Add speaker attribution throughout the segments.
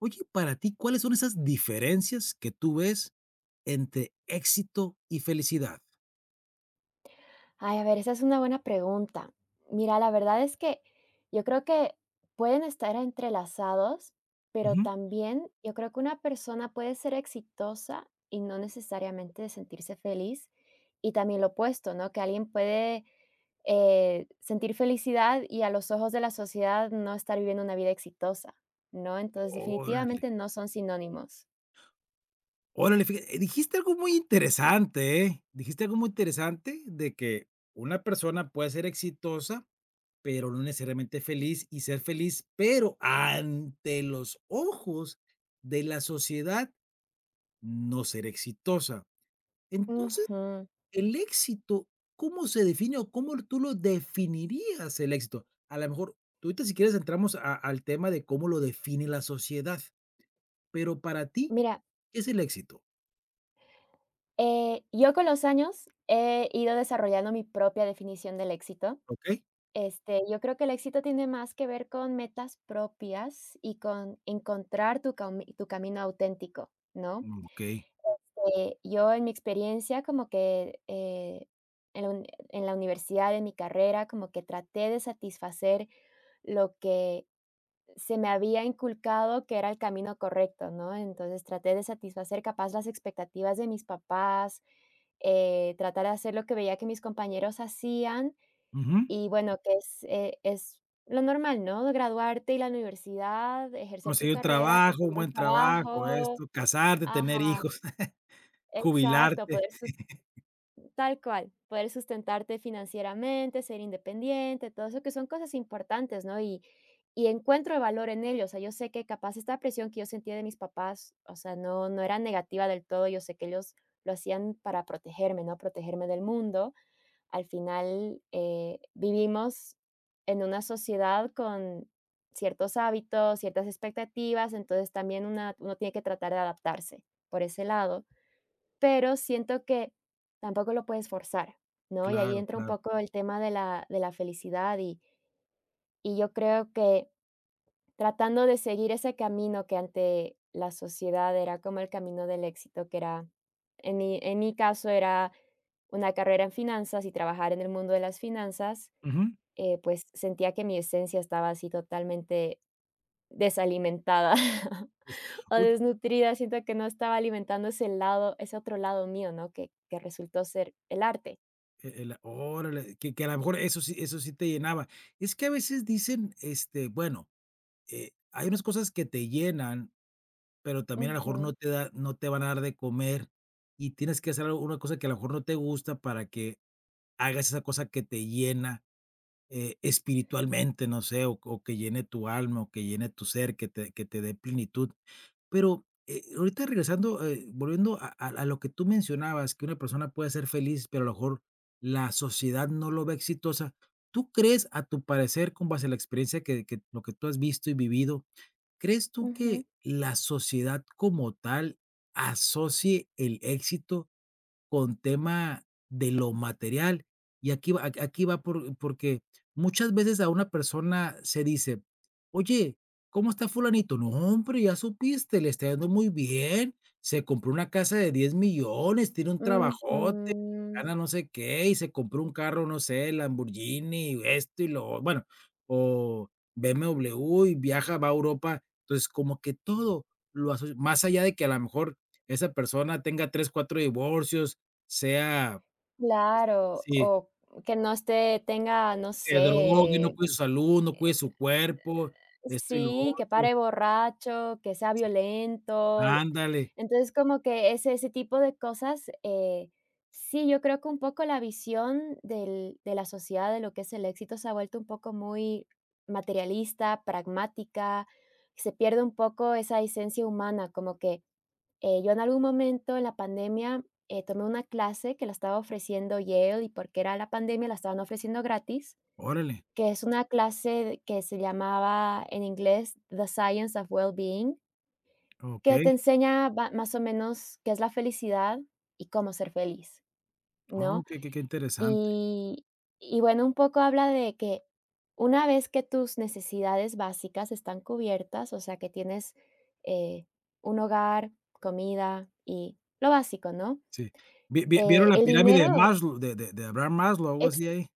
Speaker 1: Oye, para ti, ¿cuáles son esas diferencias que tú ves entre éxito y felicidad?
Speaker 2: Ay, a ver, esa es una buena pregunta. Mira, la verdad es que yo creo que pueden estar entrelazados, pero
Speaker 1: Ujú.
Speaker 2: también yo creo que una persona puede ser exitosa y no necesariamente sentirse feliz. Y también lo opuesto, ¿no? Que alguien puede sentir felicidad y a los ojos de la sociedad no estar viviendo una vida exitosa, ¿no? Entonces,
Speaker 1: Órale,
Speaker 2: definitivamente no son sinónimos.
Speaker 1: órale, fíjate, dijiste algo muy interesante, ¿eh? Dijiste algo muy interesante de que una persona puede ser exitosa, pero no necesariamente feliz y ser feliz, pero ante los ojos de la sociedad no ser exitosa. Entonces,
Speaker 2: Ujú.
Speaker 1: el éxito, ¿cómo se define o cómo tú lo definirías el éxito? A lo mejor, tú ahorita si quieres entramos a al tema de cómo lo define la sociedad, pero para ti,
Speaker 2: Mira,
Speaker 1: ¿qué es el éxito?
Speaker 2: Yo con los años he ido desarrollando mi propia definición del éxito.
Speaker 1: ¿Okey?
Speaker 2: Yo creo que el éxito tiene más que ver con metas propias y con encontrar tu camino auténtico, ¿no?
Speaker 1: Mm, okey.
Speaker 2: Yo en mi experiencia como que en la universidad, en mi carrera, como que traté de satisfacer lo que se me había inculcado que era el camino correcto, ¿no? Entonces traté de satisfacer capaz las expectativas de mis papás, tratar de hacer lo que veía que mis compañeros hacían
Speaker 1: Ujú.
Speaker 2: y bueno, que es lo normal, ¿no? Graduarte, ir a la universidad, ejercer tu
Speaker 1: Conseguir un
Speaker 2: carrera,
Speaker 1: trabajo, un
Speaker 2: conseguir un
Speaker 1: buen trabajo,
Speaker 2: trabajo,
Speaker 1: esto, casarte, tener
Speaker 2: ajá,
Speaker 1: hijos,
Speaker 2: exacto,
Speaker 1: jubilarte.
Speaker 2: tal cual, poder sustentarte financieramente, ser independiente, todo eso que son cosas importantes, ¿no? Y encuentro el valor en ello, o sea, yo sé que capaz esta presión que yo sentía de mis papás, o sea, no era negativa del todo, yo sé que ellos lo hacían para protegerme, ¿no? Protegerme del mundo. Al final, vivimos en una sociedad con ciertos hábitos, ciertas expectativas, entonces también una uno tiene que tratar de adaptarse por ese lado, pero siento que tampoco lo puedes forzar, ¿no? Y ahí
Speaker 1: Claro,
Speaker 2: entra un
Speaker 1: claro.
Speaker 2: poco el tema de la felicidad y yo creo que tratando de seguir ese camino que ante la sociedad era como el camino del éxito, que era, en mi caso era una carrera en finanzas y trabajar en el mundo de las finanzas,
Speaker 1: Ujú.
Speaker 2: pues sentía que mi esencia estaba así totalmente desalimentada
Speaker 1: Pues,
Speaker 2: o
Speaker 1: uy,
Speaker 2: desnutrida, siento que no estaba alimentando ese lado, ese otro lado mío, ¿no? Que resultó ser el arte.
Speaker 1: el órale, que a lo mejor eso sí te llenaba. Es que a veces dicen, este, bueno, hay unas cosas que te llenan. Pero también a lo mejor
Speaker 2: Ujú,
Speaker 1: no te van a dar de comer, y tienes que hacer algo una cosa que a lo mejor no te gusta para que hagas esa cosa que te llena, espiritualmente, no sé, o que llene tu alma, o que llene tu ser, que te dé plenitud. Pero, ahorita regresando, volviendo a lo que tú mencionabas, que una persona puede ser feliz, pero a lo mejor la sociedad no lo ve exitosa. ¿Tú crees, a tu parecer, con base a la experiencia que lo que tú has visto y vivido, ¿crees tú
Speaker 2: ujú,
Speaker 1: que la sociedad como tal asocie el éxito con tema de lo material? Y aquí va, aquí va, porque muchas veces a una persona se dice, oye, ¿cómo está fulanito? No, hombre, ya supiste, le está yendo muy bien, se compró una casa de 10 millones, tiene un trabajote,
Speaker 2: ujú.
Speaker 1: gana no sé qué, y se compró un carro, no sé, Lamborghini, esto y lo, bueno, o BMW, y viaja, va a Europa. Entonces, como que todo lo asocia, más allá de que a lo mejor esa persona tenga tres, cuatro divorcios, sea
Speaker 2: Claro,
Speaker 1: sí,
Speaker 2: o que no esté tenga, no
Speaker 1: se drogue, no
Speaker 2: sé.
Speaker 1: cuide su salud, no cuide su cuerpo, esto y lo
Speaker 2: Sí, que
Speaker 1: otro.
Speaker 2: pare borracho, que sea violento.
Speaker 1: Ándale,
Speaker 2: Entonces, como que ese tipo de cosas, sí, yo creo que un poco la visión del de la sociedad de lo que es el éxito se ha vuelto un poco muy materialista, pragmática, se pierde un poco esa esencia humana, como que yo en algún momento en la pandemia, tomé una clase que la estaba ofreciendo Yale y porque era la pandemia la estaban ofreciendo gratis,
Speaker 1: órale,
Speaker 2: que es una clase que se llamaba en inglés The Science of Well-Being, que
Speaker 1: okey.
Speaker 2: te enseña ba más o menos qué es la felicidad y cómo ser feliz,
Speaker 1: Oh,
Speaker 2: ¿no?
Speaker 1: qué qué interesante,
Speaker 2: Y y bueno, un poco habla de que una vez que tus necesidades básicas están cubiertas, o sea, que tienes, eh, un hogar, comida y lo básico, ¿no?
Speaker 1: sí. ¿Vi vi vieron la
Speaker 2: El
Speaker 1: pirámide de
Speaker 2: dinero,
Speaker 1: Maslow, de Abraham Maslow, algo
Speaker 2: ex
Speaker 1: así ahí?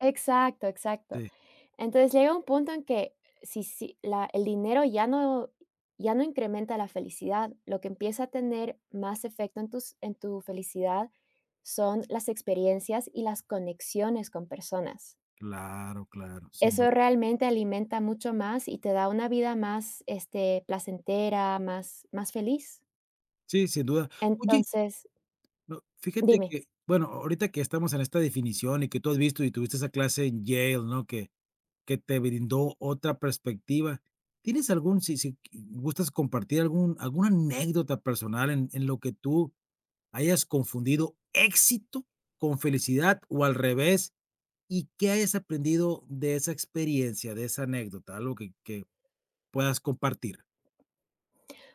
Speaker 2: exacto, exacto.
Speaker 1: Sí,
Speaker 2: Entonces, llega un punto en que si la el dinero ya no ya no incrementa la felicidad, lo que empieza a tener más efecto en tus en tu felicidad son las experiencias y las conexiones con personas.
Speaker 1: claro, claro, sin
Speaker 2: Eso
Speaker 1: duda.
Speaker 2: realmente alimenta mucho más y te da una vida más, placentera, más más feliz.
Speaker 1: Sí, sin duda. Oye,
Speaker 2: Entonces
Speaker 1: no, fíjate
Speaker 2: dime.
Speaker 1: que, bueno, ahorita que estamos en esta definición y que tú has visto y tuviste esa clase en Yale, ¿no? Que te brindó otra perspectiva. ¿Tienes algún, si si gustas compartir algún alguna anécdota personal en lo que tú hayas confundido éxito con felicidad o al revés, y qué hayas aprendido de esa experiencia, de esa anécdota? Algo que puedas compartir,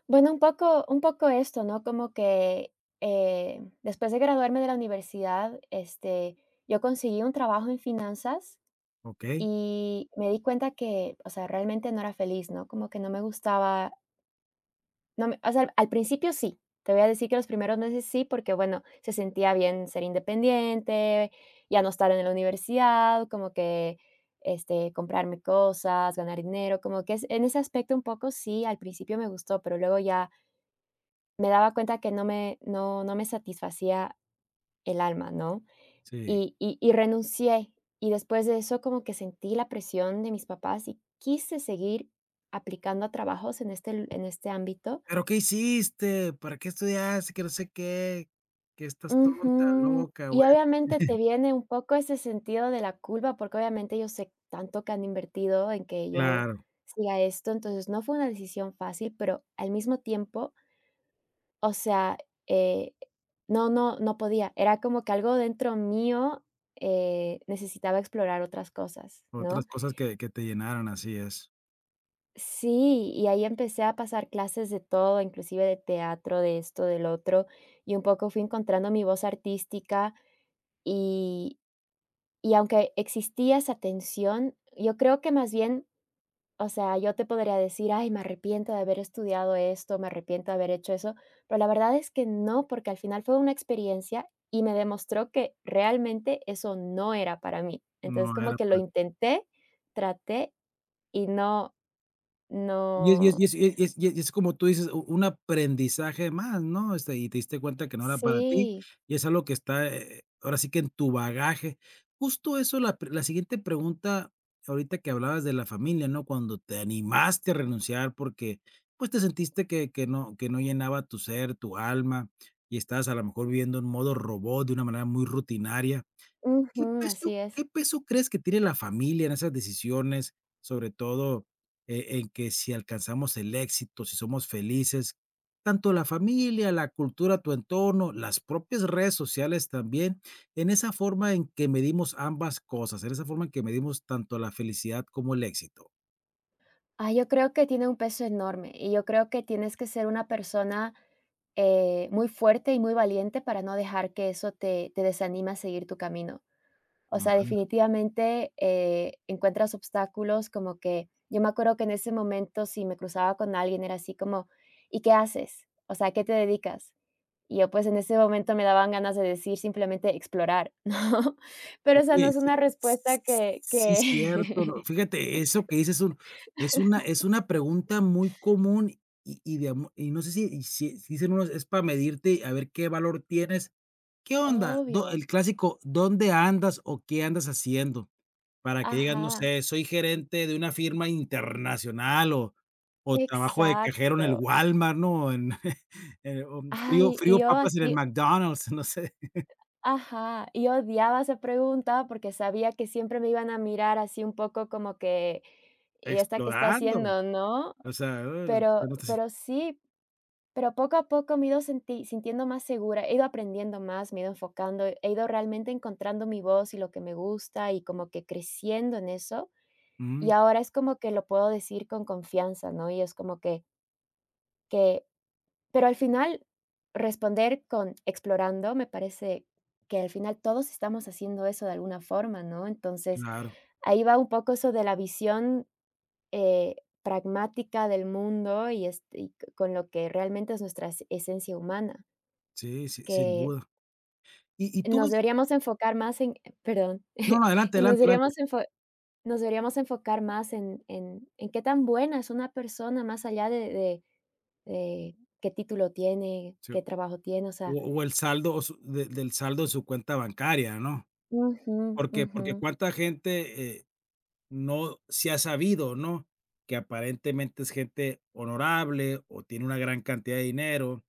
Speaker 2: Bueno, un poco esto, ¿no? Como que, después de graduarme de la universidad, yo conseguí un trabajo en finanzas
Speaker 1: ¿okey?
Speaker 2: y me di cuenta que, o sea, realmente no era feliz, ¿no? Como que no me gustaba, no me o sea, al principio sí, te voy a decir que los primeros meses sí, porque, bueno, se sentía bien ser independiente, ya no estar en la universidad, como que, comprarme cosas, ganar dinero, como que es en ese aspecto un poco sí, al principio me gustó, pero luego ya me daba cuenta que no me satisfacía el alma, ¿no?
Speaker 1: Sí.
Speaker 2: Y renuncié, y después de eso como que sentí la presión de mis papás y quise seguir aplicando a trabajos en este lu en este ámbito.
Speaker 1: "¿Pero qué hiciste? ¿Para qué estudiaste?", que no sé qué, que estás tonta,
Speaker 2: Ujú.
Speaker 1: loca,
Speaker 2: Y
Speaker 1: güey.
Speaker 2: obviamente te viene un poco ese sentido de la culpa, porque obviamente yo sé tanto que han invertido en que yo
Speaker 1: Claro,
Speaker 2: siga esto, entonces no fue una decisión fácil, pero al mismo tiempo, o sea, eh, no, no, no podía. Era como que algo dentro mío, necesitaba explorar otras cosas,
Speaker 1: otras
Speaker 2: ¿no?
Speaker 1: cosas que te llenaron, así es.
Speaker 2: Sí, y ahí empecé a pasar clases de todo, inclusive de teatro, de esto, del otro, y un poco fui encontrando mi voz artística y y aunque existía esa tensión, yo creo que más bien, o sea, yo te podría decir, ay, me arrepiento de haber estudiado esto, me arrepiento de haber hecho eso, pero la verdad es que no, porque al final fue una experiencia y me demostró que realmente eso no era para mí. Entonces,
Speaker 1: No
Speaker 2: como
Speaker 1: era
Speaker 2: que lo
Speaker 1: para...
Speaker 2: intenté, traté y no,
Speaker 1: Y es
Speaker 2: no.
Speaker 1: y es y es y es y es y es como tú dices, u un aprendizaje más, ¿no? Este, y te diste cuenta que no era para ti,
Speaker 2: Sí,
Speaker 1: y es algo que está, ahora sí que en tu bagaje. Justo eso, la siguiente pregunta, ahorita que hablabas de la familia, ¿no? Cuando te animaste a renunciar porque, pues, te sentiste que no llenaba tu ser, tu alma, y estabas a lo mejor viviendo en modo robot de una manera muy rutinaria. ¿Qué
Speaker 2: ujú, así
Speaker 1: peso
Speaker 2: es.
Speaker 1: crees que tiene la familia en esas decisiones? Sobre todo, en que si alcanzamos el éxito, si somos felices, tanto la familia, la cultura, tu entorno, las propias redes sociales también, en esa forma en que medimos ambas cosas, en esa forma en que medimos tanto la felicidad como el éxito.
Speaker 2: Ah, yo creo que tiene un peso enorme y yo creo que tienes que ser una persona muy fuerte y muy valiente para no dejar que eso te desanime a seguir tu camino. O sea, definitivamente, encuentras obstáculos como que yo me acuerdo que en ese momento, si me cruzaba con alguien, era así como: "¿Y qué haces?". O sea, "¿A qué te dedicas?". Y yo, pues, en ese momento me daban ganas de decir simplemente: "Explorar", ¿no? Pero, o sea, no
Speaker 1: Oye,
Speaker 2: es una
Speaker 1: sí,
Speaker 2: respuesta que
Speaker 1: sí, cierto, no,
Speaker 2: que
Speaker 1: fíjate, eso que dices es un es una pregunta muy común, y de amo y no sé si si si dicen unos es para medirte y a ver qué valor tienes. ¿Qué onda? Do
Speaker 2: Obvio.
Speaker 1: el clásico, ¿dónde andas o qué andas haciendo? Para que digas, no
Speaker 2: Ajá,
Speaker 1: sé, soy gerente de una firma internacional o trabajo de cajero en el
Speaker 2: exacto.
Speaker 1: Walmart, ¿no? En o
Speaker 2: Ay, y
Speaker 1: frío
Speaker 2: yo
Speaker 1: papas en el
Speaker 2: así.
Speaker 1: McDonald's, no sé,
Speaker 2: Ajá, y yo odiaba esa pregunta porque sabía que siempre me iban a mirar así un poco como que, ¿y esta qué está
Speaker 1: explorando,
Speaker 2: haciendo, no?
Speaker 1: o sea,
Speaker 2: Pero
Speaker 1: no te...
Speaker 2: pero sí, pero poco a poco me he ido senti sintiendo más segura, he ido aprendiendo más, me he ido enfocando, he ido realmente encontrando mi voz y lo que me gusta y como que creciendo en eso,
Speaker 1: Mm,
Speaker 2: y ahora es como que lo puedo decir con confianza, ¿no? Y es como que pero al final, responder con explorando, me parece que al final todos estamos haciendo eso de alguna forma, ¿no? Entonces,
Speaker 1: claro.
Speaker 2: ahí va un poco eso de la visión, eh, pragmática del mundo y, con lo que realmente es nuestra esencia humana,
Speaker 1: Sí, sí, sin
Speaker 2: que
Speaker 1: duda. Y tú
Speaker 2: nos
Speaker 1: ves...
Speaker 2: deberíamos enfocar más en, perdón,
Speaker 1: No, no, adelante,
Speaker 2: que nos
Speaker 1: adelante, adelante.
Speaker 2: deberíamos, enfo- nos deberíamos enfocar más en, qué tan buena es una persona más allá de, de qué título tiene,
Speaker 1: Sí,
Speaker 2: qué
Speaker 1: o
Speaker 2: trabajo tiene, o sea.
Speaker 1: o el saldo o su de del saldo de su cuenta bancaria, ¿no?
Speaker 2: Ujú,
Speaker 1: Porque
Speaker 2: ujú.
Speaker 1: porque cuánta gente, no se ha sabido, ¿no? Que aparentemente es gente honorable o tiene una gran cantidad de dinero,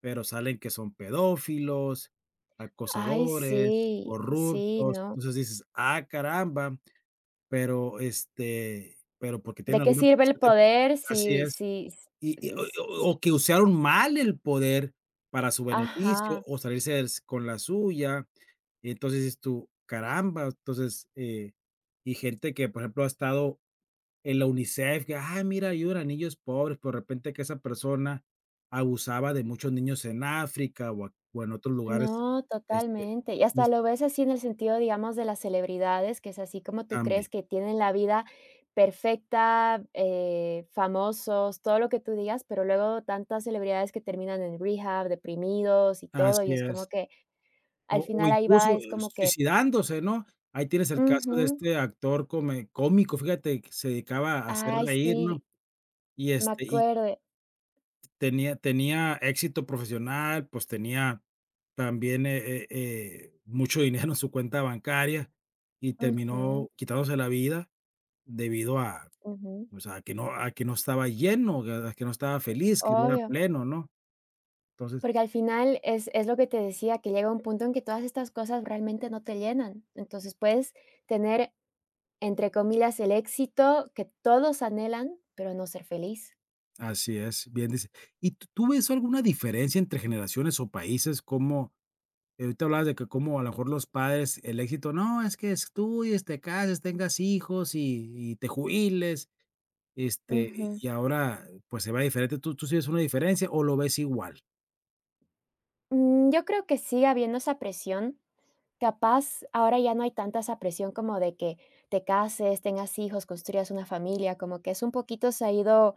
Speaker 1: pero salen que son pedófilos,
Speaker 2: Ay,
Speaker 1: acosadores,
Speaker 2: sí, sí,
Speaker 1: corruptos.
Speaker 2: ¿no?
Speaker 1: Entonces dices: "Ah, caramba", pero, este, pero porque tienen
Speaker 2: ¿De qué
Speaker 1: alguna
Speaker 2: sirve el
Speaker 1: posición de...
Speaker 2: poder
Speaker 1: Así
Speaker 2: si
Speaker 1: es.
Speaker 2: si s
Speaker 1: Y
Speaker 2: s
Speaker 1: o
Speaker 2: si
Speaker 1: o que usaron mal el poder para su beneficio
Speaker 2: Ajá.
Speaker 1: o salirse des con la suya. Entonces es tu "Caramba". Entonces, y gente que, por ejemplo, ha estado en la UNICEF, que: "Ah, mira, ayudan a niños pobres", pero de repente que esa persona abusaba de muchos niños en África o en otros lugares,
Speaker 2: No,
Speaker 1: este,
Speaker 2: totalmente. Y hasta
Speaker 1: es-
Speaker 2: lo ves así en el sentido, digamos, de las celebridades, que es así como tú
Speaker 1: también.
Speaker 2: crees que tienen la vida perfecta, famosos, todo lo que tú digas, pero luego tantas celebridades que terminan en rehab, deprimidos y todo, y
Speaker 1: Así
Speaker 2: es
Speaker 1: es.
Speaker 2: como que al
Speaker 1: O
Speaker 2: final ahí
Speaker 1: incluso
Speaker 2: va, es como que.
Speaker 1: suicidándose, ¿no? Ahí tienes el caso de
Speaker 2: Ujú.
Speaker 1: este actor come cómico, fíjate, que se dedicaba a hacer
Speaker 2: Ay,
Speaker 1: reír, ¿no?
Speaker 2: sí,
Speaker 1: Y,
Speaker 2: me
Speaker 1: este, y
Speaker 2: acuerdo.
Speaker 1: tenía éxito profesional, pues, tenía también, mucho dinero en su cuenta bancaria y
Speaker 2: Ujú,
Speaker 1: terminó quitándose la vida debido a,
Speaker 2: ujú.
Speaker 1: pues, a que no estaba lleno, a que no estaba feliz, que no era
Speaker 2: Obvio,
Speaker 1: pleno, ¿no? Entonces,
Speaker 2: porque al final es lo que te decía, que llega un punto en que todas estas cosas realmente no te llenan. Entonces, puedes tener, entre comillas, el éxito que todos anhelan, pero no ser feliz.
Speaker 1: así es, bien dice. ¿Y tú ves alguna diferencia entre generaciones o países, como... Y ahorita hablabas de que como a lo mejor los padres, el éxito, no, es que estudies, te cases, tengas hijos y te jubiles, este,
Speaker 2: Ujú.
Speaker 1: y ahora, pues, se ve diferente, ¿tú sí ves una diferencia o lo ves igual?
Speaker 2: Yo creo que sigue habiendo esa presión. Capaz, ahora ya no hay tanta esa presión como de que te cases, tengas hijos, construyas una familia, como que es un poquito se ha ido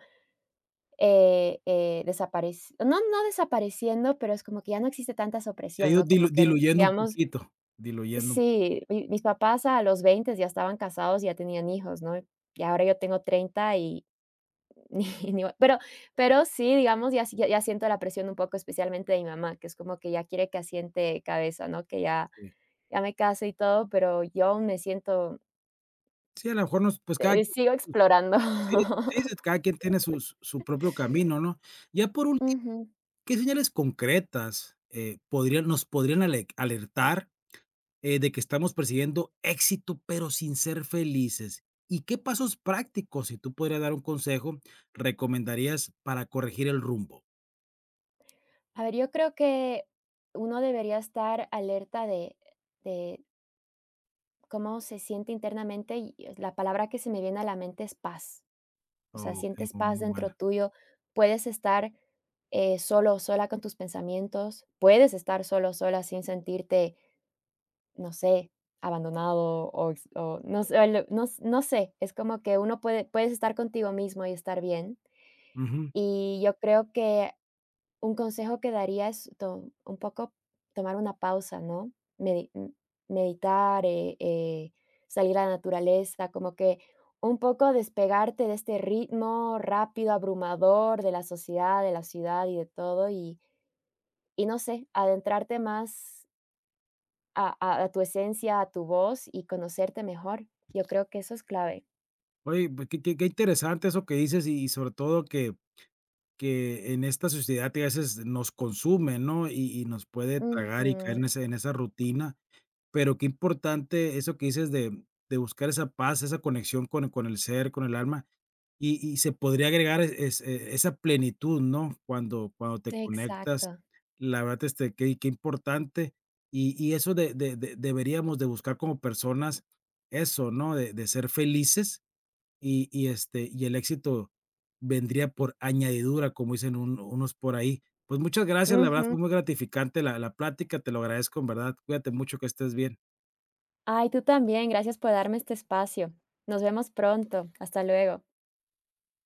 Speaker 2: desapareci no, no, desapareciendo, pero es como que ya no existe tanta esa
Speaker 1: Se ha
Speaker 2: opresión,
Speaker 1: ido
Speaker 2: ¿no? Como que,
Speaker 1: diluyendo un
Speaker 2: digamos
Speaker 1: poquito, diluyendo.
Speaker 2: sí, mi mis papás a los 20 ya estaban casados ya tenían hijos, ¿no? Y ahora yo tengo 30 y ni ni, pero sí, digamos, ya si ya siento la presión un poco, especialmente de mi mamá, que es como que ya quiere que asiente cabeza, ¿no? Que ya
Speaker 1: Sí.
Speaker 2: ya me case y todo, pero yo aún me siento,
Speaker 1: Sí, a lo mejor nos... Pues, cada quien
Speaker 2: sigo explorando.
Speaker 1: sí, sí, sí, cada quien tiene sus su propio camino, ¿no? Ya por ul
Speaker 2: Ujú.
Speaker 1: ¿Qué señales concretas, podrían nos podrían alertar, de que estamos persiguiendo éxito, pero sin ser felices? ¿Y qué pasos prácticos, si tú pudieras dar un consejo, recomendarías para corregir el rumbo?
Speaker 2: A ver, yo creo que uno debería estar alerta de de cómo se siente internamente, y la palabra que se me viene a la mente es paz. O sea,
Speaker 1: Okey,
Speaker 2: sientes
Speaker 1: muy
Speaker 2: paz dentro
Speaker 1: buena.
Speaker 2: tuyo, puedes estar, solo o sola con tus pensamientos, puedes estar solo o sola sin sentirte, no sé, abandonado o ex o no sé, el no s no sé, es como que uno puede puedes estar contigo mismo y estar bien.
Speaker 1: Ujú.
Speaker 2: Y yo creo que un consejo que daría es to un poco tomar una pausa, ¿no? Medi mm, Meditar, salir a la naturaleza, como que un poco despegarte de este ritmo rápido, abrumador de la sociedad, de la ciudad y de todo, y no sé, adentrarte más a tu esencia, a tu voz y conocerte mejor. Yo creo que eso es clave.
Speaker 1: Oye, pues, qué qué interesante eso que dices y sobre todo que en esta sociedad que a veces nos consume, ¿no? Y nos puede tragar y caer
Speaker 2: Ujú,
Speaker 1: en ese en esa rutina, pero qué importante eso que dices de buscar esa paz, esa conexión con el ser, con el alma, y se podría agregar es e esa plenitud, ¿no? Cuando cuando te conectas,
Speaker 2: exacto.
Speaker 1: la verdad, este, qué qué importante, y eso de deberíamos de buscar como personas eso, ¿no? De ser felices y, este, y el éxito vendría por añadidura, como dicen un unos por ahí. Pues, muchas gracias, la verdad fue muy gratificante la la plática, te lo agradezco, en verdad. Cuídate mucho, que estés bien.
Speaker 2: Ay, tú también, gracias por darme este espacio. Nos vemos pronto. Hasta luego.